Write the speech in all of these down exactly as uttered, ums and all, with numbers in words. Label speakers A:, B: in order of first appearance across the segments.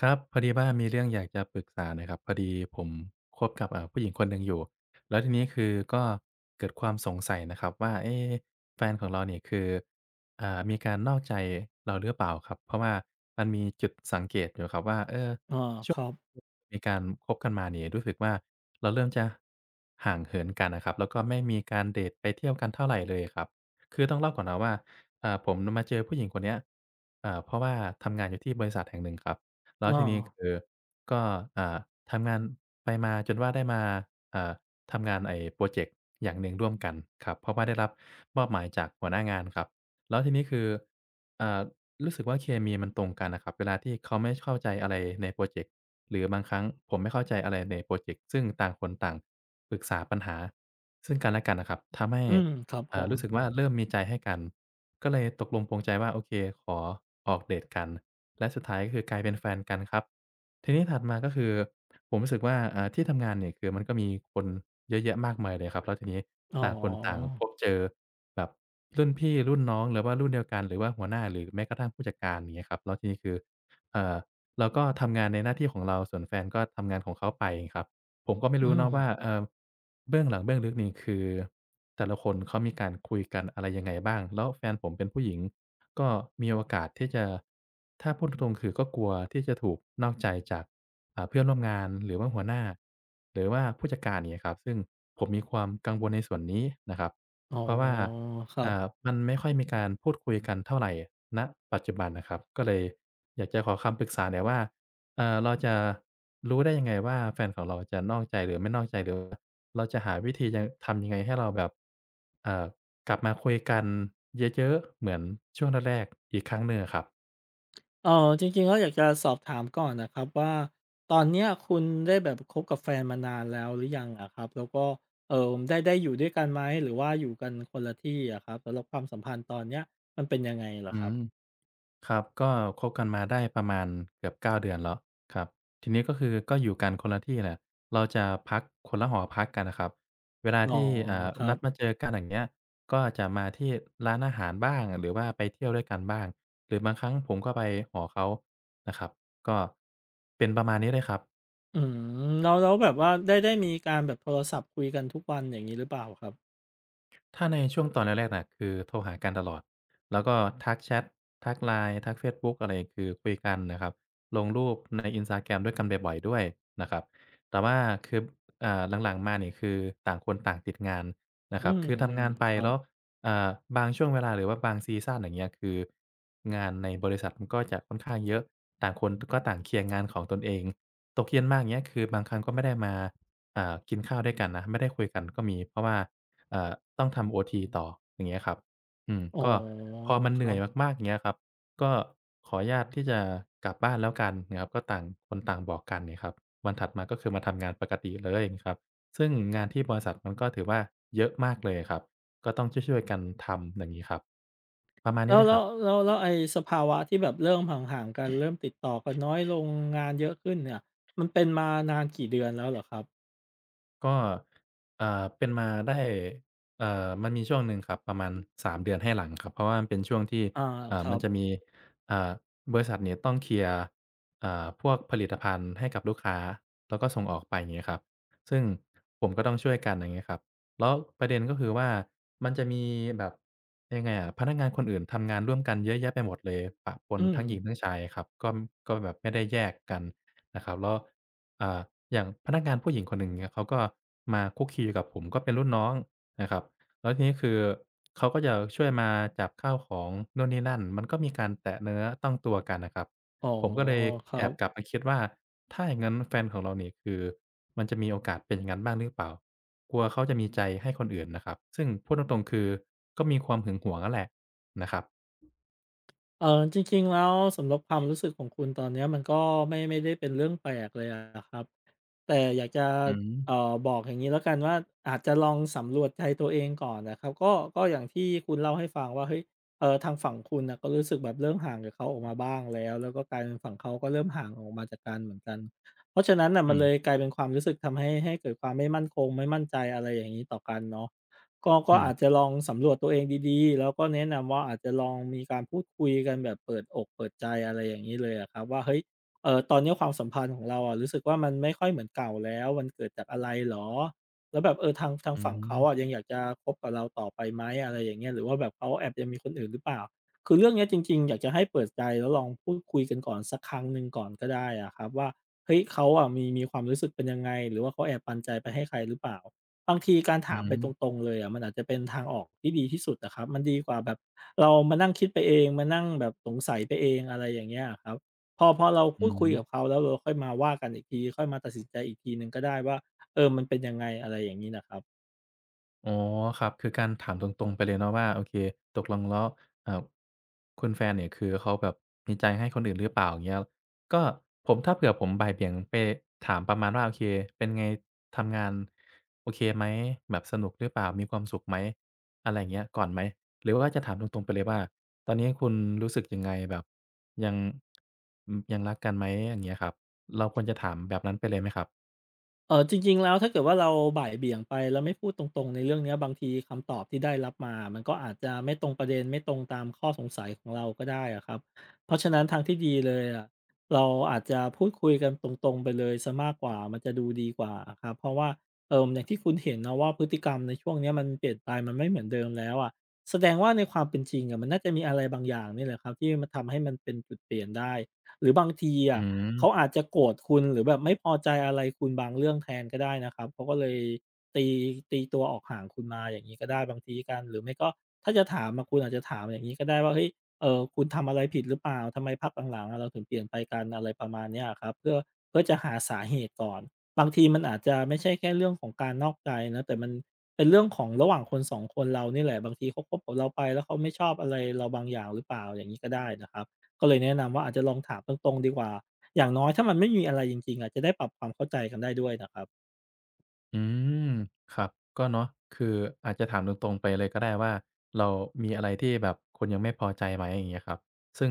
A: ครับพอดีว่ามีเรื่องอยากจะปรึกษาหน่อยครับพอดีผมคบกับอ่าผู้หญิงคนหนึ่งอยู่แล้วทีนี้คือก็เกิดความสงสัยนะครับว่าเอ๊แฟนของเราเนี่ยคืออ่ามีการนอกใจเราหรือเปล่าครับเพราะว่ามันมีจุดสังเกตอยู่ครับว่าเออ
B: อา
A: ช่
B: ค
A: วง
B: รับ
A: มีการคบกันมาเนี่ยรู้สึกว่าเราเริ่มจะห่างเหินกันน่ะครับแล้วก็ไม่มีการเดตไปเที่ยวกันเท่าไรเลยครับคือต้องเล่าก่อนนะว่าอ่าผมมาเจอผู้หญิงคนเนี้ยอ่าเพราะว่าทำงานอยู่ที่บริษัทแห่งหนึ่งครับ แล้วทีนี้
B: อา
A: คือก็อ่าทำงานไปมาจนว่าได้มาอ่าทำงานไอ้พรอเจกต์อย่างหนึ่งร่วมกันครับเพราะว่าได้รับมอบหมายจากหัวหน้างานครับแล้วทีนี้คืออ่ารู้สึกว่าเคมีมันตรงกันน่ะครับเวลาที่เขาไม่เข้าใจอะไรในพรอเจกต์หรือบางครั้งผมไม่เข้าใจอะไรในพรอเจกต์ซึ่งต่างคนต่างปรึกษาปัญหาซึ่งกันและกันน่ะครับทำให้
B: อืมครับผ
A: อ่า
B: ม
A: รู้สึกว่าเริ่มมีใจให้กันก็เลยตกลงปรงใจว่าโอเคขอออกเดตกันและสุดท้ายก็คือกลายเป็นแฟนกันครับทีนี้ถัดมาก็คือผมรู้สึกว่าอ่าที่ทำงานเนี่ยคือมันก็มีคนเยอะแยะมากมายเลยครับแล้วทีนี้
B: อ๋อ
A: ต่างคนต่างพบเจอแบบรุ่นพี่รุ่นน้องหรือว่ารุ่นเดียวกันหรือว่าหัวหน้าหรือแม้กระทั่งผู้จัดการอย่างเงี้ยครับแล้วทีนี้คือเอ่อเราก็ทำงานในหน้าที่ของเราส่วนแฟนก็ทำงานของเขาไปครับ ผมก็ไม่
B: อื
A: รู้เนาะว่า
B: ม
A: เอ่อเบื้องหลังเบื้องลึกนี่คือแต่ละคนเขามีการคุยกันอะไรยังไงบ้างแล้วแฟนผมเป็นผู้หญิงก็มีโอกาสที่จะถ้าพูดตรงๆคือก็กลัวที่จะถูกนอกใจจากอ่าเพื่อนร่วมงานหรือว่าหัวหน้าหรือว่าผู้จัดการอย่างเงี้ยครับซึ่งผมมีความกังวลในส่วนนี้นะครับ
B: อ๋อ
A: เพราะว่า
B: ครั
A: อ่า
B: บ
A: มันไม่ค่อยมีการพูดคุยกันเท่าไรณปัจจุบันนะครับก็เลยอยากจะขอคำปรึกษาหน่อยว่า เอ่อเราจะรู้ได้ยังไงว่าแฟนของเราจะนอกใจหรือไม่นอกใจหรือว่าเราจะหาวิธียังทำยังไงให้เราแบบเอ่อกลับมาคุยกันเยอะๆเหมือนช่วงแรกๆอีกครั้งหนึ่งอะครับ
B: เอ่อจริงๆแล้วอยากจะสอบถามก่อนนะครับว่าตอนเนี้ยคุณได้แบบคบกับแฟนมานานแล้วหรือยังอะครับแล้วก็เอ่อได้ได้อยู่ด้วยกันไหมหรือว่าอยู่กันคนละที่อะครับสำหรับความสัมพันธ์ตอนเนี้ยมันเป็นยังไงเหรอ
A: อื
B: ครับ
A: ม ครับก็คบกันมาได้ประมาณเกือบเก้าเดือนแล้วครับทีนี้ก็คือก็อยู่กันคนละที่แหละเราจะพักคนละหอพักกันน่ะครับเวลา
B: อ๋อ
A: ที่อ่า
B: ครั
A: นั
B: บ
A: ดมาเจอกันอย่างเงี้ยก็จะมาที่ร้านอาหารบ้างหรือว่าไปเที่ยวด้วยกันบ้างหรือบางครั้งผมก็ไปหอเขานะครับก็เป็นประมาณนี้เลยครับ
B: อืมแล้วแล้วแบบว่าได้ได้มีการแบบโทรศัพท์คุยกันทุกวันอย่างงี้หรือเปล่าครับ
A: ถ้าในช่วงตอนแรกๆน่ะคือโทรหากันตลอด แล้วก็ทักแชตทัก ไลน์ ทักเฟซบุ๊กอะไรคือคุยกันนะครับ ลงรูปใน Instagram ด้วยกันบ่อยๆด้วยนะครับ แต่ว่าคืออ่าหลังๆ มานี่คือต่างคนต่างติดงานนะค
B: อื
A: รับ คือทำ
B: ม
A: งานไป
B: ๆครับ
A: แล้วอ่าบางช่วงเวลาหรือว่าบางซีซันอย่างเงี้ยคืองานในบริษัทมันก็จะค่อนข้างเยอะ ต่างคนก็ต่างเคลียร์งานของตนเองตกเย็นมาอย่างเงี้ยคือบางครั้งก็ไม่ได้มาอ่ากินข้าวด้วยกันนะไม่ได้คุยกันก็มีเพราะว่า เอ่อต้องทำโอทีต่ออย่างเงี้ยครับ อืม
B: อ๋อ
A: ก็พอมัน
B: ค
A: เห
B: รั
A: นื่อย
B: บ
A: มากๆอย่างเงี้ยครับก็ขออนุญาตที่จะกลับบ้านแล้วกันนะครับก็ต่างคนต่างบอกกันเนี่ยครับวันถัดมาก็คือมาทำงานปกติเลยครับซึ่งงานที่บริษัทมันก็ถือว่าเยอะมากเลยครับก็ต้องช่วยๆกันทำอย่างงี้ครับประมาณ
B: แล้
A: นี้
B: ว
A: เลยค
B: แล้
A: รั
B: ว
A: บ
B: แล้วแล้วไอ้สภาวะที่แบบเริ่มห่างๆกันเริ่มติดต่อกันน้อยลงงานเยอะขึ้นเนี่ยมันเป็นมานานกี่เดือนแล้วเหรอครับ
A: ก็เอ่อเป็นมาได้เอ่อมันมีช่วงหนึ่งครับประมาณสามเดือนเดือนให้หลังครับเพราะว่ามันเป็นช่วงที่
B: อา
A: เอ่
B: ค
A: อ
B: รั
A: มัน
B: บ
A: จะมีอ่าบริษัทเนี่ยต้องเคลียร์อ่าพวกผลิตภัณฑ์ให้กับลูกค้าแล้วก็ส่งออกไปอย่างเงี้ยครับซึ่งผมก็ต้องช่วยกันอย่างเงี้ยครับแล้วประเด็นก็คือว่ามันจะมีแบบยังไงอะพนักงานคนอื่นทำงานร่วมกันเยอะแยะไปหมดเลยปะปน
B: อืม
A: ทั้งหญิงทั้งชายครับก็ก็แบบไม่ได้แยกกันนะครับแล้ว อ่าอย่างพนักงานผู้หญิงคนหนึ่งเงี้ยเขาก็มาคลุกคลีกับผมก็เป็นรุ่นน้องนะครับแล้วทีนี้คือเขาก็จะช่วยมาจับข้าวของนู่นนี่นั่นมันก็มีการแตะเนื้อต้องตัวกันน่ะครับ
B: อ๋อ
A: ผมก็เลย
B: ครั
A: แอ
B: บ
A: บกลับมาคิดว่าถ้าอย่างงั้นแฟนของเรานี่คือมันจะมีโอกาสเป็นอย่างงั้นบ้างหรือเปล่ากลัวเขาจะมีใจให้คนอื่นนะครับซึ่งพูดตรงๆคือก็มีความหึงหวงนั่นแหละนะครับ
B: เออจริงๆแล้วสำหรับความรู้สึกของคุณตอนเนี้ยมันก็ไม่ไม่ได้เป็นเรื่องแปลกเลยอะครับแต่อยากจะ
A: อืม
B: เอ่อบอกอย่างนี้แล้วกันว่าอาจจะลองสำรวจใจตัวเองก่อนนะครับก็ก็อย่างที่คุณเล่าให้ฟังว่าเฮ้ยเออทางฝั่งคุณนะก็รู้สึกแบบเริ่มห่างกับเขาออกมาบ้างแล้วแล้วก็กลายเป็นฝั่งเขาก็เริ่มห่างออกมาจากกันเหมือนกันเพราะฉะนั้นน่ะ
A: อื
B: มัน
A: ม
B: เลยกลายเป็นความรู้สึกทำให้ให้เกิดความไม่มั่นคงไม่มั่นใจอะไรอย่างนี้ต่อกันเนาะ ก็ก็
A: อื
B: อาจ
A: ม
B: จะลองสำรวจตัวเองดีๆแล้วก็แนะนำว่าอาจจะลองมีการพูดคุยกันแบบเปิดอกเปิดใจอะไรอย่างงี้เลยอะครับว่าเฮ้ยเอ่อตอนเนี้ยความสัมพันธ์ของเราอะรู้สึกว่ามันไม่ค่อยเหมือนเก่าแล้วมันเกิดจากอะไรเหรอแล้วแบบเออทางทาง
A: อื
B: ฝั่ง
A: ม
B: เขาอะยังอยากจะคบกับเราต่อไปไหมอะไรอย่างเงี้ยหรือว่าแบบเขาแอบยังมีคนอื่นหรือเปล่าคือเรื่องเนี้ยจริงๆอยากจะให้เปิดใจแล้วลองพูดคุยกันก่อนสักครั้งหนึ่งก่อนก็ได้อะครับว่าเฮ้ยเขาอะมีมีความรู้สึกเป็นยังไงหรือว่าเขาแอบปันใจไปให้ใครหรือเปล่า บางทีการ
A: อื
B: ถามไปต
A: ม
B: รงๆเลยอะมันอาจจะเป็นทางออกที่ดีที่สุดอะครับมันดีกว่าแบบเรามานั่งคิดไปเองมานั่งแบบสงสัยไปเองอะไรอย่างเงี้ยอะครับพอพอเรา
A: อื
B: พูดคุยกับ
A: ม
B: เขาแล้วเราค่อยมาว่ากันอีกทีค่อยมาตัดสินใจอีกทีหนึ่งก็ได้ว่าเออมันเป็นยังไงอะไรอย่างงี้น่ะครับ
A: อ๋อครับคือการถามตรงๆไปเลยเนาะว่าโอเคตกลงแล้วอ่าคุณแฟนเนี่ยคือเขาแบบมีใจให้คนอื่นหรือเปล่าอย่างเงี้ยก็ผมถ้าเผื่อผมบ่ายเบี่ยงไปถามประมาณว่าโอเคเป็นไงทำงานโอเคไหมแบบสนุกหรือเปล่ามีความสุขไหมอะไรอย่างเงี้ยก่อนไหมหรือว่าจะถามตรงๆไปเลยว่าตอนนี้คุณรู้สึกยังไงแบบยังอืมยังรักกันไหมอย่างเงี้ยครับเราควรจะถามแบบนั้นไปเลยไหมครับ
B: เออจริงๆแล้วถ้าเกิดว่าเราบ่ายเบี่ยงไปแล้วไม่พูดตรงๆในเรื่องเนี้ยบางทีคำตอบที่ได้รับมามันก็อาจจะไม่ตรงประเด็นไม่ตรงตามข้อสงสัยของเราก็ได้อะครับเพราะฉะนั้นทางที่ดีเลยอะเราอาจจะพูดคุยกันตรงๆไปเลยซสมากกว่ามันจะดูดีกว่าครับเพราะว่าเอออย่างที่คุณเห็นนะว่าพฤติกรรมในช่วงเนี้ยมันเปลี่ยนไปมันไม่เหมือนเดิมแล้วอะแสดงว่าในความเป็นจริงอะมันน่าจะมีอะไรบางอย่างนี่แหละครับที่มันทำให้มันเป็นจุดเปลี่ยนได้หรือบางที
A: อื
B: อะ
A: ม
B: เขาอาจจะโกรธคุณหรือแบบไม่พอใจอะไรคุณบางเรื่องแทนก็ได้นะครับเขาก็เลยตีตีตัวออกห่างคุณมาอย่างงี้ก็ได้บางทีกันหรือไม่ก็ถ้าจะถามอะคุณอาจจะถามอย่างงี้ก็ได้ว่าเฮ้ยเอ่อคุณทำอะไรผิดหรือเปล่าทำไมพักหลังๆอะเราถึงเปลี่ยนไปกันอะไรประมาณเนี้ยอะครับเพื่อเพื่อจะหาสาเหตุก่อนบางทีมันอาจจะไม่ใช่แค่เรื่องของการนอกใจนะแต่มันเป็นเรื่องของระหว่างคนสองคนเรานี่แหละบางทีเขาคบกับเราไปแล้วเขาไม่ชอบอะไรเราบางอย่างหรือเปล่าอย่างงี้ก็ได้นะครับก็เลยแนะนำว่าอาจจะลองถามตรงๆดีกว่า อย่างน้อยถ้ามันไม่มีอะไรจริงๆอะจะได้ปรับความเข้าใจกันได้ด้วยนะครับ
A: อืมครับก็เนาะคืออาจจะถามตรงๆไปเลยก็ได้ว่าเรามีอะไรที่แบบคุณยังไม่พอใจไหมอย่างเงี้ยครับซึ่ง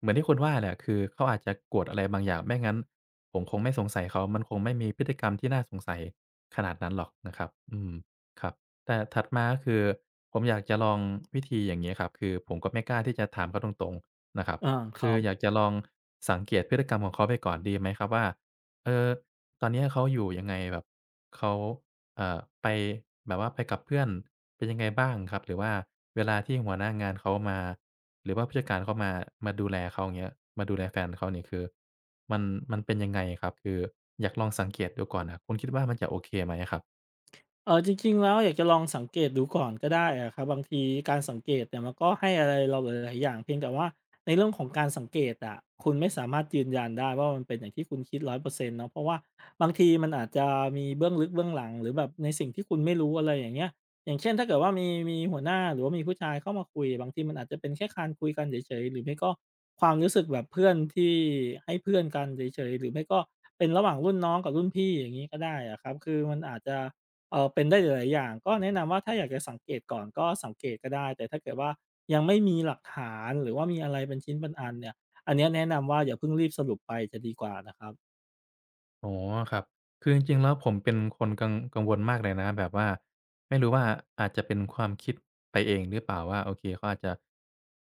A: เหมือนที่คุณว่าแหละคือเขาอาจจะโกรธอะไรบางอย่างไม่งั้นผมคงไม่สงสัยเขามันคงไม่มีพฤติกรรมที่น่าสงสัยขนาดนั้นหรอกนะครับอืมครับแต่ถัดมาก็คือผมอยากจะลองวิธีอย่างงี้ครับคือผมก็ไม่กล้าที่จะถามเขาตรงๆนะครับ
B: อาค
A: คื
B: รั
A: อ
B: บ
A: อยากจะลองสังเกตพฤติกรรมของเขาไปก่อนดีไหมครับว่าเอ่อ ตอนเนี้ยเขาอยู่ยังไงแบบเขาเอ่อไปแบบว่าไปกับเพื่อนเป็นยังไงบ้างครับหรือว่าเวลาที่หัวหน้างานเขามาหรือว่าผู้จัดการเขามามาดูแลเขาอย่างเงี้ยมาดูแลแฟนเขาเนี่ยคือมันมันเป็นยังไงครับคืออยากลองสังเกตดูก่อนน่ะคุณคิดว่ามันจะโอเคไหมอะครับ
B: เออจริงๆแล้วอยากจะลองสังเกตดูก่อนก็ได้อะครับบางทีการสังเกตเนี่ยมันก็ให้อะไรเราหลายๆอย่างเพียงแต่ว่าในเรื่องของการสังเกตอะคุณไม่สามารถยืนยันได้ว่ามันเป็นอย่างที่คุณคิดร้อยเปอร์เซ็นต์เนาะเพราะว่าบางทีมันอาจจะมีเบื้องลึกเบื้องหลังหรือแบบในสิ่งที่คุณไม่รู้อะไรอย่างเงี้ยอย่างเช่นถ้าเกิดว่ามีมีหัวหน้าหรือว่ามีผู้ชายเข้ามาคุยบางทีมันอาจจะเป็นแค่การคุยกันเฉยๆหรือไม่ก็ความรู้สึกแบบเพื่อนที่ให้เพื่อนกันเฉยๆหรือไม่ก็เป็นระหว่างรุ่นน้องกับรุ่นพี่อย่างนี้ก็ได้อะครับคือมันอาจจะ เอ่อเป็นได้หลายๆอย่างก็แนะนำว่าถ้าอยากจะสังเกตก่อนก็สังเกตก็ได้แต่ถ้าเกิดว่ายังไม่มีหลักฐานหรือว่ามีอะไรเป็นชิ้นเป็นอันเนี่ยอันเนี้ยแนะนำว่าอย่าเพิ่งรีบสรุปไปจะดีกว่านะครับ
A: อ๋อครับคือจริงๆแล้วผมเป็นคนกังกังวลมากเลยนะแบบว่าไม่รู้ว่าอาจจะเป็นความคิดไปเองหรือเปล่าว่าโอเคเขาอาจจะ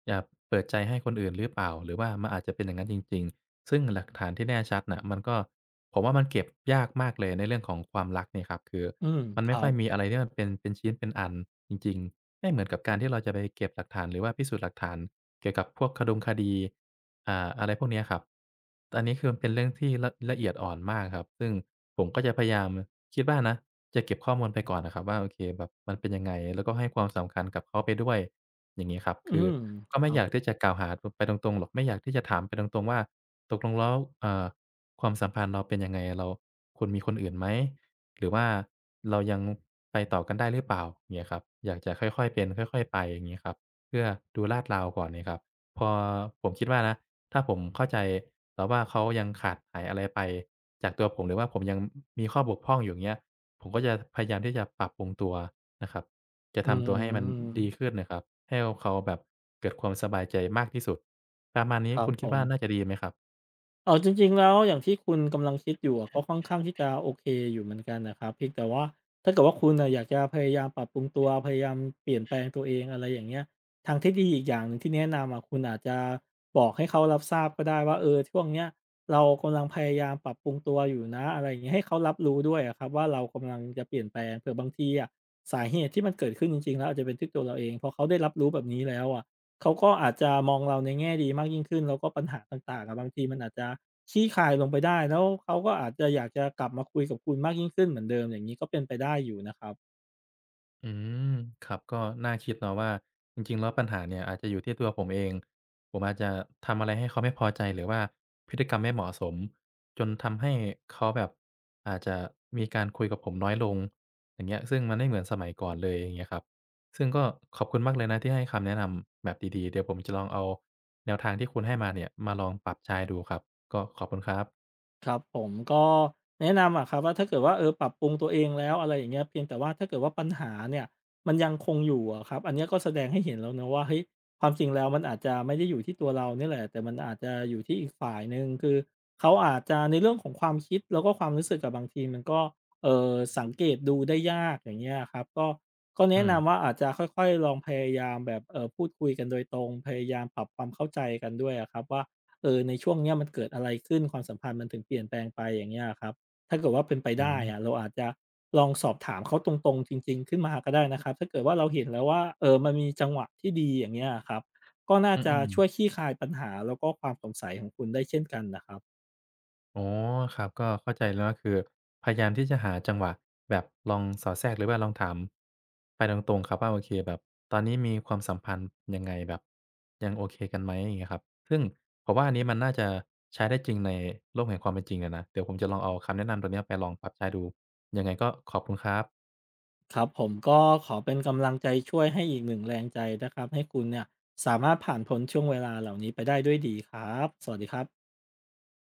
A: อยากเปิดใจให้คนอื่นหรือเปล่า หรือว่ามันอาจจะเป็นอย่างนั้นจริงๆ ซึ่งหลักฐานที่แน่ชัดน่ะมันก็ผมว่ามันเก็บยากมากเลยในเรื่องของความรักเนี่ยครับคือ
B: อืม
A: มัน
B: ค
A: ไม่
B: รั
A: ค่อ
B: บ
A: ยมีอะไรที่มันเป็นเป็นชิ้นเป็นอันจริงๆไม่เหมือนกับการที่เราจะไปเก็บหลักฐานหรือว่าพิสูจน์หลักฐานเกี่ยวกับพวกคะดงคดี อ่าอะไรพวกเนี้ยครับแต่อันนี้คือมันเป็นเรื่องที่ละละเอียดอ่อนมากครับ ซึ่งผมก็จะพยายามคิดว่านะจะเก็บข้อมูลไปก่อนน่ะครับว่าโอเคแบบมันเป็นยังไง แล้วก็ให้ความสำคัญกับเขาไปด้วยอย่างงี้ครับ
B: อื
A: คือ
B: ม
A: ก็
B: ค
A: ไม่
B: รั
A: อ
B: บ
A: ยากที่จะกล่าวหาตไปตรงๆหรอกไม่อยากที่จะถามไปตรงๆว่าตกลงแล้วเอ่อความสัมพันธ์เราเป็นยังไง เราคุณมีคนอื่นไหม หรือว่าเรายังไปต่อกันได้หรือเปล่าเงี้ยครับอยากจะค่อยๆเป็นค่อยๆไปอย่างงี้ครับเพื่อดูลาดราวก่อนเนี่ยครับ พอผมคิดว่านะถ้าผมเข้าใจแต่ว่าเขายังขาดหายอะไรไปจากตัวผมหรือว่าผมยังมีข้อบกพร่องอยู่อย่างเงี้ยผมก็จะพยายามที่จะปรับปรุงตัวนะครับจะ
B: อื
A: ทำตัวให้มันดี
B: ม
A: ขึ้นน่ะครับให้เขาแบบเกิดความสบายใจมากที่สุดประมาณนี้
B: ครับ
A: คุณ
B: ผ
A: คิด
B: ม
A: ว่าน่าจะดีไหมครับ
B: เอ๋อจริงๆแล้วอย่างที่คุณกำลังคิดอยู่อะก็ค่อนข้างที่จะโอเคอยู่เหมือนกันนะครับเพียงแต่ว่าถ้าเกิดว่าคุณอะอยากจะพยายามปรับปรุงตัวพยายามเปลี่ยนแปลงตัวเองอะไรอย่างเงี้ยทางที่ดีอีกอย่างหนึ่งที่แนะนำอะคุณอาจจะบอกให้เขารับทราบก็ได้ว่าเออช่วงเนี้ยเรากำลังพยายามปรับปรุงตัวอยู่นะอะไรอย่างเงี้ยให้เขารับรู้ด้วยอะครับว่าเรากำลังจะเปลี่ยนแปลงเผื่อบางทีอะสาเหตุที่มันเกิดขึ้นจริงๆแล้วอาจจะเป็นที่ตัวเราเองพอเขาได้รับรู้แบบนี้แล้วอะ เขาก็อาจจะมองเราในแง่ดีมากยิ่งขึ้นแล้วก็ปัญหาต่างๆอะบางทีมันอาจจะคลี่คลายลงไปได้แล้วเขาก็อาจจะอยากจะกลับมาคุยกับคุณมากยิ่งขึ้นเหมือนเดิมอย่างนี้ก็เป็นไปได้อยู่นะครับ
A: อืมครับก็น่าคิดเนาะว่าจริงๆแล้วปัญหาเนี่ยอาจจะอยู่ที่ตัวผมเองผมอาจจะทำอะไรให้เขาไม่พอใจหรือว่าพฤติกรรมไม่เหมาะสมจนทำให้เขาแบบอาจจะมีการคุยกับผมน้อยลงอย่างเงี้ยซึ่งมันไม่เหมือนสมัยก่อนเลยอย่างเงี้ยครับซึ่งก็ขอบคุณมากเลยนะที่ให้คำแนะนำแบบดีๆเดี๋ยวผมจะลองเอาแนวทางที่คุณให้มาเนี่ยมาลองปรับใช้ดูครับก็ขอบคุณครับ
B: ครับผมก็แนะนำอะครับว่าถ้าเกิดว่าเออปรับปรุงตัวเองแล้วอะไรอย่างเงี้ยเพียงแต่ว่าถ้าเกิดว่าปัญหาเนี่ยมันยังคงอยู่อะครับอันเนี้ยก็แสดงให้เห็นแล้วนะว่าเฮ้ยความจริงแล้วมันอาจจะไม่ได้อยู่ที่ตัวเราเนี่ยแหละแต่มันอาจจะอยู่ที่อีกฝ่ายหนึ่งคือเขาอาจจะในเรื่องของความคิดแล้วก็ความรู้สึกกับบางทีมันก็เออสังเกตดูได้ยากอย่างเงี้ยครับก็ก็แนะ
A: อืม
B: นำว่าอาจจะค่อยๆลองพยายามแบบเออพูดคุยกันโดยตรงพยายามปรับความเข้าใจกันด้วยอะครับว่า เออในช่วงเนี้ยมันเกิดอะไรขึ้นความสัมพันธ์มันถึงเปลี่ยนแปลงไปอย่างเงี้ยอะครับถ้าเกิดว่าเป็นไป
A: อื
B: ได้
A: ม
B: อะเราอาจจะลองสอบถามเขาตรงๆจริงๆขึ้นมาก็ได้นะครับถ้าเกิดว่าเราเห็นแล้วว่าเออมันมีจังหวะที่ดีอย่างเงี้ยอะครับก็น่า
A: อื
B: จะ
A: อ
B: ช่วยค
A: ๆ
B: ลี่คลายปัญหาแล้วก็ความสงสัยของคุณได้เช่นกันนะครับ
A: อ๋อครับก็เข้าใจแล้วก็คือพยายามที่จะหาจังหวะแบบลองสอดแทรกหรือว่าลองถามไปตรงๆครับว่าโอเคแบบตอนนี้มีความสัมพันธ์ยังไงแบบยังโอเคกันไหมอย่างเงี้ยครับซึ่งผมว่าอันนี้มันน่าจะใช้ได้จริงในโลกแห่งความเป็นจริงอะนะ เดี๋ยวผมจะลองเอาคำแนะนำตัวเนี้ยไปลองปรับใช้ดูยังไงก็ขอบคุณครับ
B: ครับผมก็ขอเป็นกำลังใจช่วยให้อีกหนึ่งแรงใจนะครับให้คุณเนี่ยสามารถผ่านพ้นช่วงเวลาเหล่านี้ไปได้ด้วยดีครับสวัสดีครับ